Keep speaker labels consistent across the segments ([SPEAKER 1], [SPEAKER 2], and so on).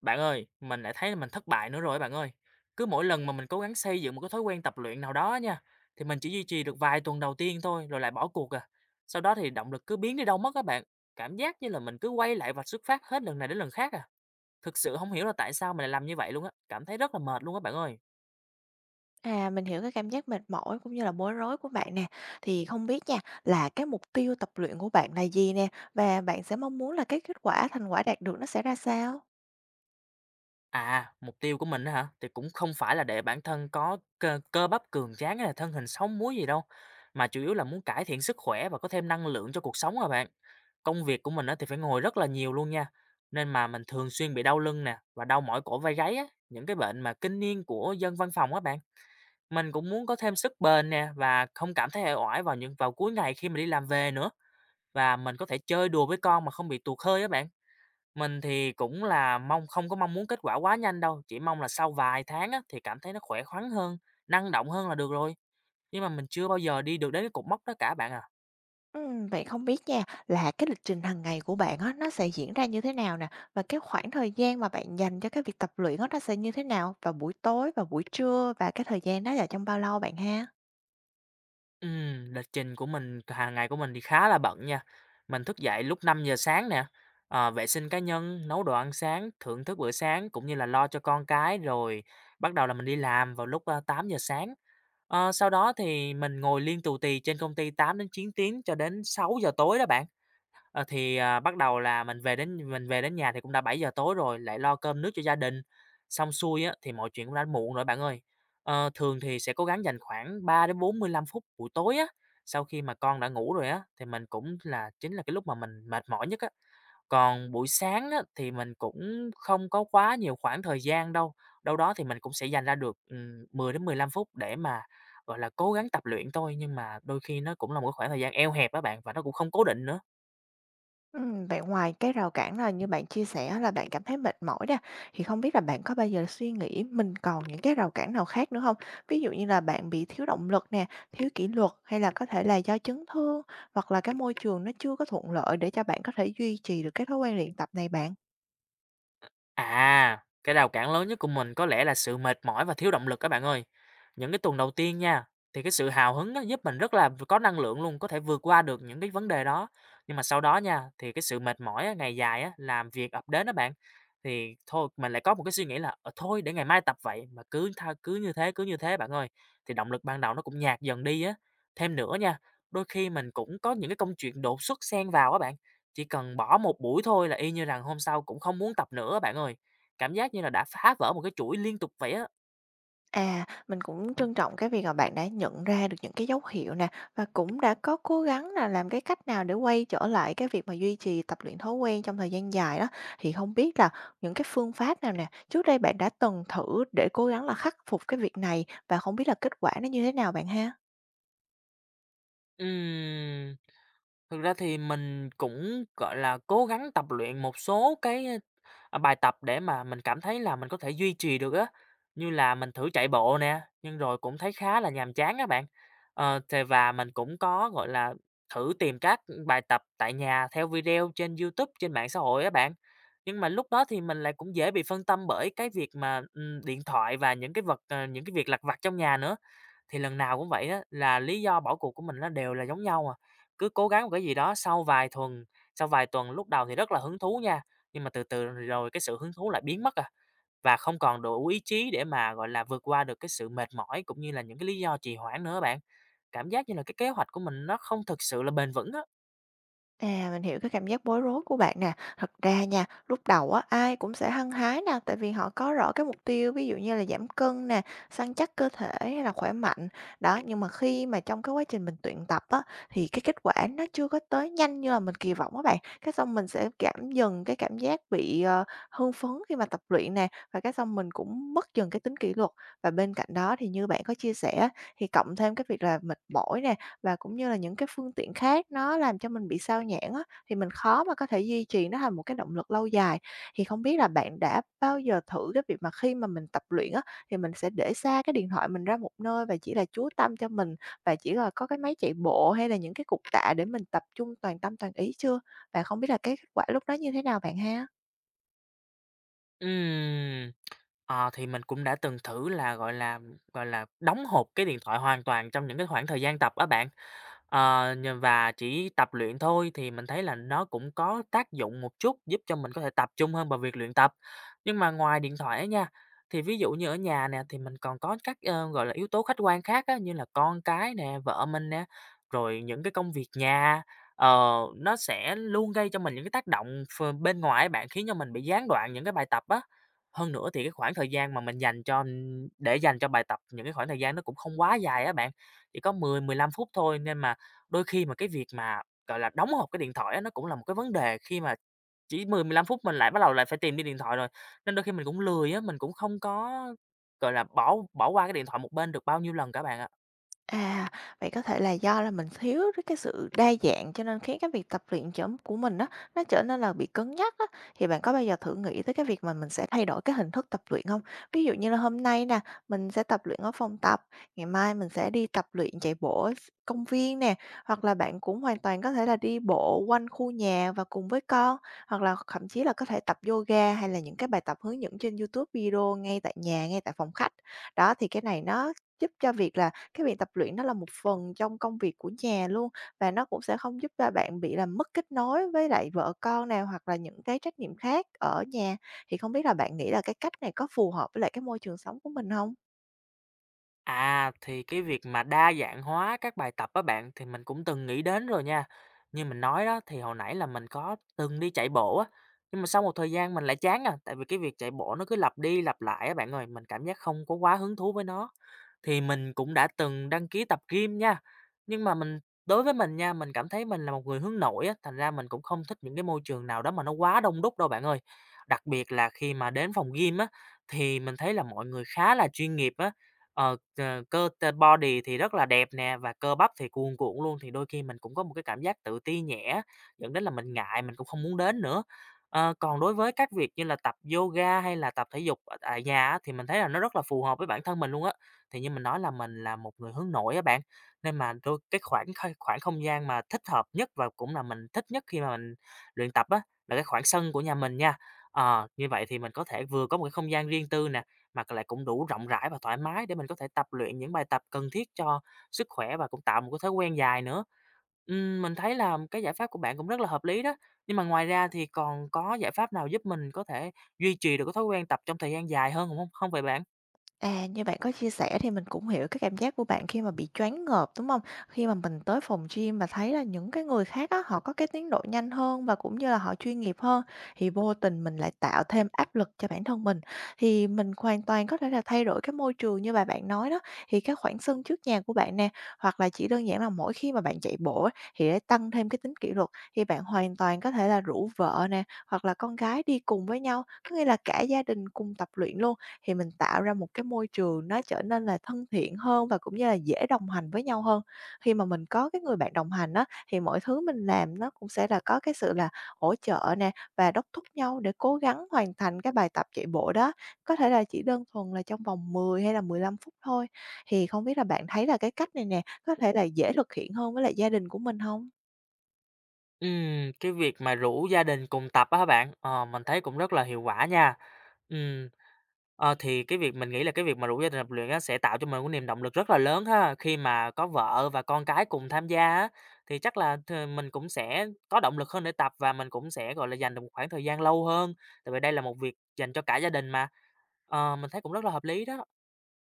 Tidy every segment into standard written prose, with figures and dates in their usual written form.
[SPEAKER 1] Bạn ơi, mình lại thấy là mình thất bại nữa rồi á bạn ơi. Cứ mỗi lần mà mình cố gắng xây dựng một cái thói quen tập luyện nào đó nha, thì mình chỉ duy trì được vài tuần đầu tiên thôi rồi lại bỏ cuộc à. Sau đó thì động lực cứ biến đi đâu mất các bạn. Cảm giác như là mình cứ quay lại và xuất phát hết lần này đến lần khác à. Thực sự không hiểu là tại sao mình lại làm như vậy luôn á. Cảm thấy rất là mệt luôn á bạn ơi.
[SPEAKER 2] À, mình hiểu cái cảm giác mệt mỏi cũng như là bối rối của bạn nè. Thì không biết nha, là cái mục tiêu tập luyện của bạn là gì nè? Và bạn sẽ mong muốn là cái kết quả, thành quả đạt được nó sẽ ra sao?
[SPEAKER 1] À, mục tiêu của mình á hả? Thì cũng không phải là để bản thân có cơ cơ bắp cường tráng hay là thân hình sáu múi gì đâu, mà chủ yếu là muốn cải thiện sức khỏe và có thêm năng lượng cho cuộc sống à bạn. Công việc của mình á thì phải ngồi rất là nhiều luôn nha, nên mà mình thường xuyên bị đau lưng nè và đau mỏi cổ vai gáy á, những cái bệnh mà kinh niên của dân văn phòng á bạn. Mình cũng muốn có thêm sức bền nè và không cảm thấy uể oải vào vào cuối ngày khi mà đi làm về nữa và mình có thể chơi đùa với con mà không bị tụt hơi á bạn. Mình thì cũng là không có mong muốn kết quả quá nhanh đâu, chỉ mong là sau vài tháng á, thì cảm thấy nó khỏe khoắn hơn, năng động hơn là được rồi. Nhưng mà mình chưa bao giờ đi được đến cái cột mốc đó cả bạn à.
[SPEAKER 2] Vậy không biết nha, là cái lịch trình hàng ngày của bạn á, nó sẽ diễn ra như thế nào nè? Và cái khoảng thời gian mà bạn dành cho cái việc tập luyện á, nó sẽ như thế nào? Vào buổi tối, và buổi trưa, và cái thời gian đó là trong bao lâu bạn ha?
[SPEAKER 1] Lịch trình của mình, hàng ngày của mình thì khá là bận nha. Mình thức dậy lúc 5 giờ sáng nè, vệ sinh cá nhân, nấu đồ ăn sáng, thưởng thức bữa sáng cũng như là lo cho con cái rồi bắt đầu là mình đi làm vào lúc 8 giờ sáng. Sau đó thì mình ngồi liên tù tì trên công ty 8 đến 9 tiếng cho đến 6 giờ tối đó bạn. Bắt đầu là mình về đến nhà thì cũng đã bảy giờ tối rồi, lại lo cơm nước cho gia đình, xong xuôi á, thì mọi chuyện cũng đã muộn rồi bạn ơi. Thường thì sẽ cố gắng dành khoảng 3 đến 45 phút buổi tối á, sau khi mà con đã ngủ rồi á, thì mình cũng là chính là cái lúc mà mình mệt mỏi nhất á. Còn buổi sáng á, thì mình cũng không có quá nhiều khoảng thời gian đâu, đâu đó thì mình cũng sẽ dành ra được, 10 đến 15 phút để mà, gọi là, cố gắng tập luyện thôi, nhưng mà đôi khi nó cũng là một cái khoảng thời gian eo hẹp á bạn, và nó cũng không cố định nữa.
[SPEAKER 2] Vậy ngoài cái rào cản là như bạn chia sẻ là bạn cảm thấy mệt mỏi nè, thì không biết là bạn có bao giờ suy nghĩ mình còn những cái rào cản nào khác nữa không? Ví dụ như là bạn bị thiếu động lực nè, thiếu kỷ luật, hay là có thể là do chấn thương, hoặc là cái môi trường nó chưa có thuận lợi để cho bạn có thể duy trì được cái thói quen luyện tập này, bạn?
[SPEAKER 1] À, cái rào cản lớn nhất của mình có lẽ là sự mệt mỏi và thiếu động lực các bạn ơi. Những cái tuần đầu tiên nha, thì cái sự hào hứng nó giúp mình rất là có năng lượng luôn, có thể vượt qua được những cái vấn đề đó. Nhưng mà sau đó nha, thì cái sự mệt mỏi á, ngày dài á, làm việc ập đến đó bạn, thì thôi mình lại có một cái suy nghĩ là "Ờ, thôi để ngày mai tập vậy" mà cứ như thế bạn ơi. Thì động lực ban đầu nó cũng nhạt dần đi á. Thêm nữa nha, đôi khi mình cũng có những cái công chuyện đột xuất xen vào á bạn, chỉ cần bỏ một buổi thôi là y như rằng hôm sau cũng không muốn tập nữa bạn ơi. Cảm giác như là đã phá vỡ một cái chuỗi liên tục vậy á.
[SPEAKER 2] À, mình cũng trân trọng cái việc mà bạn đã nhận ra được những cái dấu hiệu nè, và cũng đã có cố gắng là làm cái cách nào để quay trở lại cái việc mà duy trì tập luyện thói quen trong thời gian dài đó. Thì không biết là những cái phương pháp nào nè, trước đây bạn đã từng thử để cố gắng là khắc phục cái việc này, và không biết là kết quả nó như thế nào bạn ha?
[SPEAKER 1] Ừm. Thực ra thì mình cũng, gọi là, cố gắng tập luyện một số bài tập để mà mình cảm thấy là mình có thể duy trì được á, như là mình thử chạy bộ nè, nhưng rồi cũng thấy khá là nhàm chán các bạn. Ờ, thì và mình cũng có, gọi là, thử tìm các, bài tập tại nhà theo video trên YouTube, trên mạng xã hội á bạn. Nhưng mà lúc đó thì mình lại cũng dễ bị phân tâm bởi cái việc mà, điện thoại và những những cái việc lặt vặt trong nhà nữa. Thì lần nào cũng vậy á, là lý do bỏ cuộc của mình nó đều là giống nhau à, cứ cố gắng một cái gì đó sau vài tuần lúc đầu thì rất là hứng thú nha, nhưng mà từ từ rồi cái sự hứng thú lại biến mất à, và không còn đủ ý chí để mà, gọi là, vượt qua được cái sự mệt mỏi cũng như là những cái lý do trì hoãn nữa bạn. Cảm giác như là cái kế hoạch của mình nó không thực sự là bền vững á.
[SPEAKER 2] À, mình hiểu cái cảm giác bối rối của bạn nè. Thật ra nha, lúc đầu á, ai cũng sẽ hăng hái nè, tại vì họ có rõ cái mục tiêu, ví dụ như là giảm cân nè, săn chắc cơ thể hay là khỏe mạnh. Đó, nhưng mà khi mà trong cái quá trình mình luyện tập á, thì cái kết quả nó chưa có tới nhanh như là mình kỳ vọng á bạn. Cái xong mình sẽ giảm dần cái cảm giác bị hưng phấn khi mà tập luyện nè, và cái xong mình cũng mất dần cái tính kỷ luật. Và bên cạnh đó thì như bạn có chia sẻ, thì cộng thêm cái việc là mệt mỏi nè, và cũng như là những cái phương tiện khác nó làm cho mình bị sao nhãng á, thì mình khó mà có thể duy trì nó thành một cái động lực lâu dài. Thì không biết là bạn đã bao giờ thử cái việc mà khi mà mình tập luyện á, thì mình sẽ để xa cái điện thoại mình ra một nơi và chỉ là chú tâm cho mình, và chỉ là có cái máy chạy bộ hay là những cái cục tạ để mình tập trung toàn tâm toàn ý chưa? Và không biết là cái kết quả lúc đó như thế nào bạn ha?
[SPEAKER 1] Ừm. Ờ, thì mình cũng đã từng thử là, gọi là, đóng hộp cái điện thoại hoàn toàn trong những cái khoảng thời gian tập á bạn. Ờ, nh và chỉ tập luyện thôi thì mình thấy là nó cũng có tác dụng một chút, giúp cho mình có thể tập trung hơn vào việc luyện tập. Nhưng mà ngoài điện thoại á nha, thì ví dụ như ở nhà nè, thì mình còn có gọi là, yếu tố khách quan khác á, như là con cái nè, vợ mình nè, rồi những cái công việc nhà, nó sẽ luôn gây cho mình những cái tác động bên ngoài á bạn, khiến cho mình bị gián đoạn những cái bài tập á. Hơn nữa thì cái khoảng thời gian mà mình dành cho để dành cho bài tập, những cái khoảng thời gian nó cũng không quá dài á bạn, chỉ có 10, 15 phút thôi, nên mà đôi khi mà cái việc mà, gọi là, đóng hộp cái điện thoại á, nó cũng là một cái vấn đề khi mà chỉ 10, 15 phút mình lại bắt đầu phải tìm đi điện thoại rồi. Nên đôi khi mình cũng lười á, mình cũng không có, gọi là, bỏ bỏ qua cái điện thoại một bên được bao nhiêu lần cả bạn ạ.
[SPEAKER 2] À, vậy có thể là do là mình thiếu cái sự đa dạng, cho nên khiến cái việc tập luyện trở của mình đó, nó trở nên là bị cứng nhắc á. Thì bạn có bao giờ thử nghĩ tới cái việc mà mình sẽ thay đổi cái hình thức tập luyện không? Ví dụ như là hôm nay nè, mình sẽ tập luyện ở phòng tập, ngày mai mình sẽ đi tập luyện chạy bộ ở công viên nè, hoặc là bạn cũng hoàn toàn có thể là đi bộ quanh khu nhà và cùng với con, hoặc là thậm chí là có thể tập yoga hay là những cái bài tập hướng dẫn trên YouTube video ngay tại nhà, ngay tại phòng khách. Đó, thì cái này nó giúp cho việc là cái việc tập luyện nó là một phần trong công việc của nhà luôn, và nó cũng sẽ không giúp cho bạn bị làm mất kết nối với lại vợ con nào, hoặc là những cái trách nhiệm khác ở nhà. Thì không biết là bạn nghĩ là cái cách này có phù hợp với lại cái môi trường sống của mình không?
[SPEAKER 1] À, thì cái việc mà đa dạng hóa các bài tập á bạn, thì mình cũng từng nghĩ đến rồi nha. Như mình nói đó, thì hồi nãy là mình có từng đi chạy bộ á, nhưng mà sau một thời gian mình lại chán à, tại vì cái việc chạy bộ nó cứ lặp đi lặp lại á bạn ơi, mình cảm giác không có quá hứng thú với nó. Thì mình cũng đã từng đăng ký tập gym nha, nhưng mà đối với mình nha, mình cảm thấy mình là một người hướng nội á, thành ra mình cũng không thích những cái môi trường nào đó mà nó quá đông đúc đâu bạn ơi. Đặc biệt là khi mà đến phòng gym á, thì mình thấy là mọi người khá là chuyên nghiệp á, Ờ, t cơ t body thì rất là đẹp nè và cơ bắp thì cuồn cuộn luôn, thì đôi khi mình cũng có một cái cảm giác tự ti nhẹ, dẫn đến là mình ngại, mình cũng không muốn đến nữa. Còn đối với các việc như là tập yoga hay là tập thể dục ở tại nhà á, thì mình thấy là nó rất là phù hợp với bản thân mình luôn á. Thì như mình nói là mình là một người hướng nội á bạn, nên mà đôi cái khoảng khơi khoảng không gian mà thích hợp nhất và cũng là mình thích nhất khi mà mình luyện tập á, là cái khoảng sân của nhà mình nha. Như vậy thì mình có thể vừa có một cái không gian riêng tư nè, mà lại cũng đủ rộng rãi và thoải mái để mình có thể tập luyện những bài tập cần thiết cho sức khỏe và cũng tạo một cái thói quen dài nữa. Mình thấy là cái giải pháp của bạn cũng rất là hợp lý đó, nhưng mà ngoài ra thì còn có giải pháp nào giúp mình có thể duy trì được cái thói quen tập trong thời gian dài hơn không vậy bạn?
[SPEAKER 2] À, như bạn có chia sẻ thì mình cũng hiểu cái cảm giác của bạn khi mà bị choáng ngợp, đúng không? Khi mà mình tới phòng gym và thấy là những cái người khác á, họ có cái tiến độ nhanh hơn và cũng như là họ chuyên nghiệp hơn, thì vô tình mình lại tạo thêm áp lực cho bản thân mình. Thì mình hoàn toàn có thể là thay đổi cái môi trường như bà bạn nói đó, thì cái khoảng sân trước nhà của bạn nè, hoặc là chỉ đơn giản là mỗi khi mà bạn chạy bộ á, thì để tăng thêm cái tính kỷ luật, thì bạn hoàn toàn có thể là rủ vợ nè, hoặc là con gái đi cùng với nhau, có nghĩa là cả gia đình cùng tập luyện luôn. Thì mình tạo ra một cái môi trường nó trở nên là thân thiện hơn và cũng như là dễ đồng hành với nhau hơn. Khi mà mình có cái người bạn đồng hành á, thì mọi thứ mình làm nó cũng sẽ là có cái sự là hỗ trợ nè, và đốc thúc nhau để cố gắng hoàn thành cái bài tập chạy bộ đó. Có thể là chỉ đơn thuần là trong vòng 10 hay là 15 phút thôi. Thì không biết là bạn thấy là cái cách này nè, có thể là dễ thực hiện hơn với lại gia đình của mình không?
[SPEAKER 1] Cái việc mà rủ gia đình cùng tập á hả bạn? Ờ, mình thấy cũng rất là hiệu quả nha. Ừm. Ờ, thì cái việc mình nghĩ là cái việc mà rủ gia đình tập luyện á, sẽ tạo cho mình một niềm động lực rất là lớn ha. Khi mà có vợ và con cái cùng tham gia á, thì chắc là mình cũng sẽ có động lực hơn để tập và mình cũng sẽ, gọi là, dành được một khoảng thời gian lâu hơn, tại vì đây là một việc dành cho cả gia đình mà. Ờ, mình thấy cũng rất là hợp lý đó.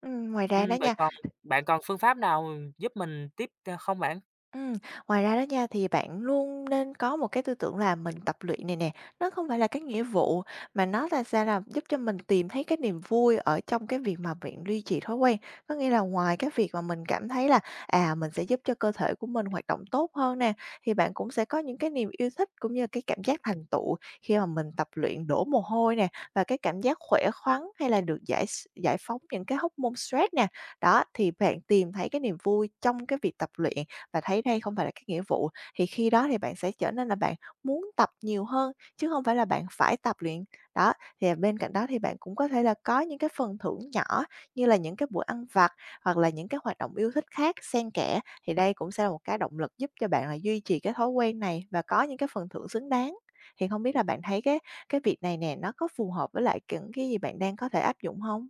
[SPEAKER 2] Ừm, ngoài ra đó
[SPEAKER 1] Ừm, vậy
[SPEAKER 2] nha
[SPEAKER 1] còn bạn còn phương pháp nào giúp mình không bạn?
[SPEAKER 2] Ừm, ngoài ra đó nha, thì bạn luôn nên có một cái tư tưởng là mình tập luyện này nè, nó không phải là cái nghĩa vụ, mà nó là sẽ là giúp cho mình tìm thấy cái niềm vui ở trong cái việc mà bạn duy trì thói quen. Có nghĩa là ngoài cái việc mà mình cảm thấy là, à, mình sẽ giúp cho cơ thể của mình hoạt động tốt hơn nè, thì bạn cũng sẽ có những cái niềm yêu thích cũng như cái cảm giác thành tựu khi mà mình tập luyện đổ mồ hôi nè, và cái cảm giác khỏe khoắn hay là được giải giải phóng những cái hormone stress nè. Đó, thì bạn tìm thấy cái niềm vui trong cái việc tập luyện và thấy đây không phải là cái nghĩa vụ, thì khi đó thì bạn sẽ trở nên là muốn tập nhiều hơn, chứ không phải là bạn phải tập luyện. Đó, thì bên cạnh đó thì bạn cũng có thể là có những cái phần thưởng nhỏ, như là những cái bữa ăn vặt hoặc là những cái hoạt động yêu thích khác xen kẽ, thì đây cũng sẽ là một cái động lực giúp cho bạn là duy trì cái thói quen này và có những cái phần thưởng xứng đáng. Thì không biết là bạn thấy cái việc này nè, nó có phù hợp với lại những cái gì bạn đang có thể áp dụng không?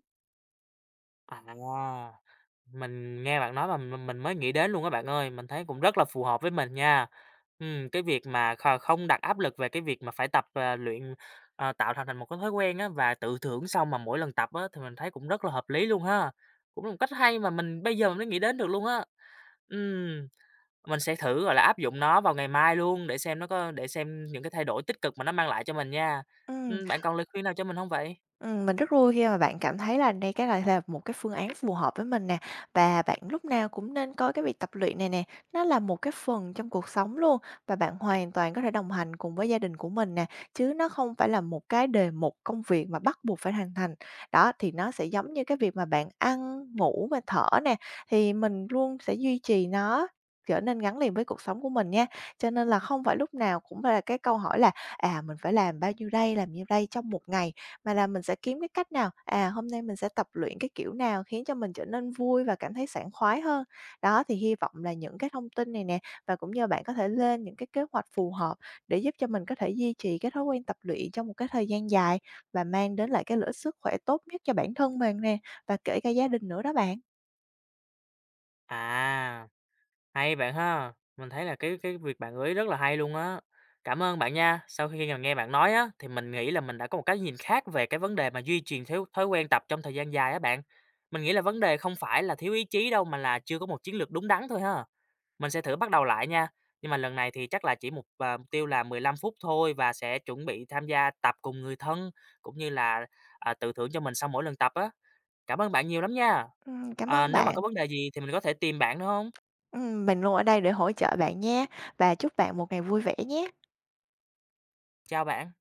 [SPEAKER 1] À. Mình nghe bạn nói mà mình mới nghĩ đến luôn á bạn ơi, mình thấy cũng rất là phù hợp với mình nha. Cái việc mà không đặt áp lực về cái việc mà phải luyện, tạo thành thành một cái thói quen á, và tự thưởng xong mà mỗi lần tập á, thì mình thấy cũng rất là hợp lý luôn ha. Cũng là một cách hay mà bây giờ mình mới nghĩ đến được luôn á. Ừm, mình sẽ thử, gọi là, áp dụng nó vào ngày mai luôn để xem những cái thay đổi tích cực mà nó mang lại cho mình nha.
[SPEAKER 2] Ừm.
[SPEAKER 1] Bạn còn lời khuyên nào cho mình không vậy?
[SPEAKER 2] Mình rất vui khi mà bạn cảm thấy là đây cái này là một cái phương án phù hợp với mình nè, và bạn lúc nào cũng nên coi cái việc tập luyện này nè, nó là một cái phần trong cuộc sống luôn, và bạn hoàn toàn có thể đồng hành cùng với gia đình của mình nè, chứ nó không phải là một cái đề mục công việc mà bắt buộc phải hoàn thành. Đó, thì nó sẽ giống như cái việc mà bạn ăn, ngủ và thở nè, thì mình luôn sẽ duy trì nó trở nên gắn liền với cuộc sống của mình nha. Cho nên là không phải lúc nào cũng phải là cái câu hỏi là à, mình phải làm bao nhiêu đây, làm nhiêu đây trong một ngày, mà là mình sẽ kiếm cái cách nào, à, hôm nay mình sẽ tập luyện cái kiểu nào khiến cho mình trở nên vui và cảm thấy sảng khoái hơn. Đó, thì hy vọng là những cái thông tin này nè, và cũng như bạn có thể lên những cái kế hoạch phù hợp để giúp cho mình có thể duy trì cái thói quen tập luyện trong một cái thời gian dài và mang đến lại cái lợi ích sức khỏe tốt nhất cho bản thân mình nè, và kể cả gia đình nữa đó bạn.
[SPEAKER 1] À. Hay bạn ha, mình thấy là cái việc bạn gợi ý rất là hay luôn á. Cảm ơn bạn nha. Sau khi mà nghe bạn nói á, thì mình nghĩ là mình đã có một cái nhìn khác về cái vấn đề mà duy trì thói thói quen tập trong thời gian dài á bạn. Mình nghĩ là vấn đề không phải là thiếu ý chí đâu mà là chưa có một chiến lược đúng đắn thôi ha. Mình sẽ thử bắt đầu lại nha. Nhưng mà lần này thì chắc là mục tiêu là 15 phút thôi và sẽ chuẩn bị tham gia tập cùng người thân cũng như là tự thưởng cho mình sau mỗi lần tập á. Cảm ơn bạn nhiều lắm nha.
[SPEAKER 2] Cảm
[SPEAKER 1] À,
[SPEAKER 2] ơn
[SPEAKER 1] nếu mà
[SPEAKER 2] bạn.
[SPEAKER 1] có vấn đề gì thì mình có thể tìm bạn nữa không?
[SPEAKER 2] Mình luôn ở đây để hỗ trợ bạn nha, và chúc bạn một ngày vui vẻ nhé.
[SPEAKER 1] Chào bạn.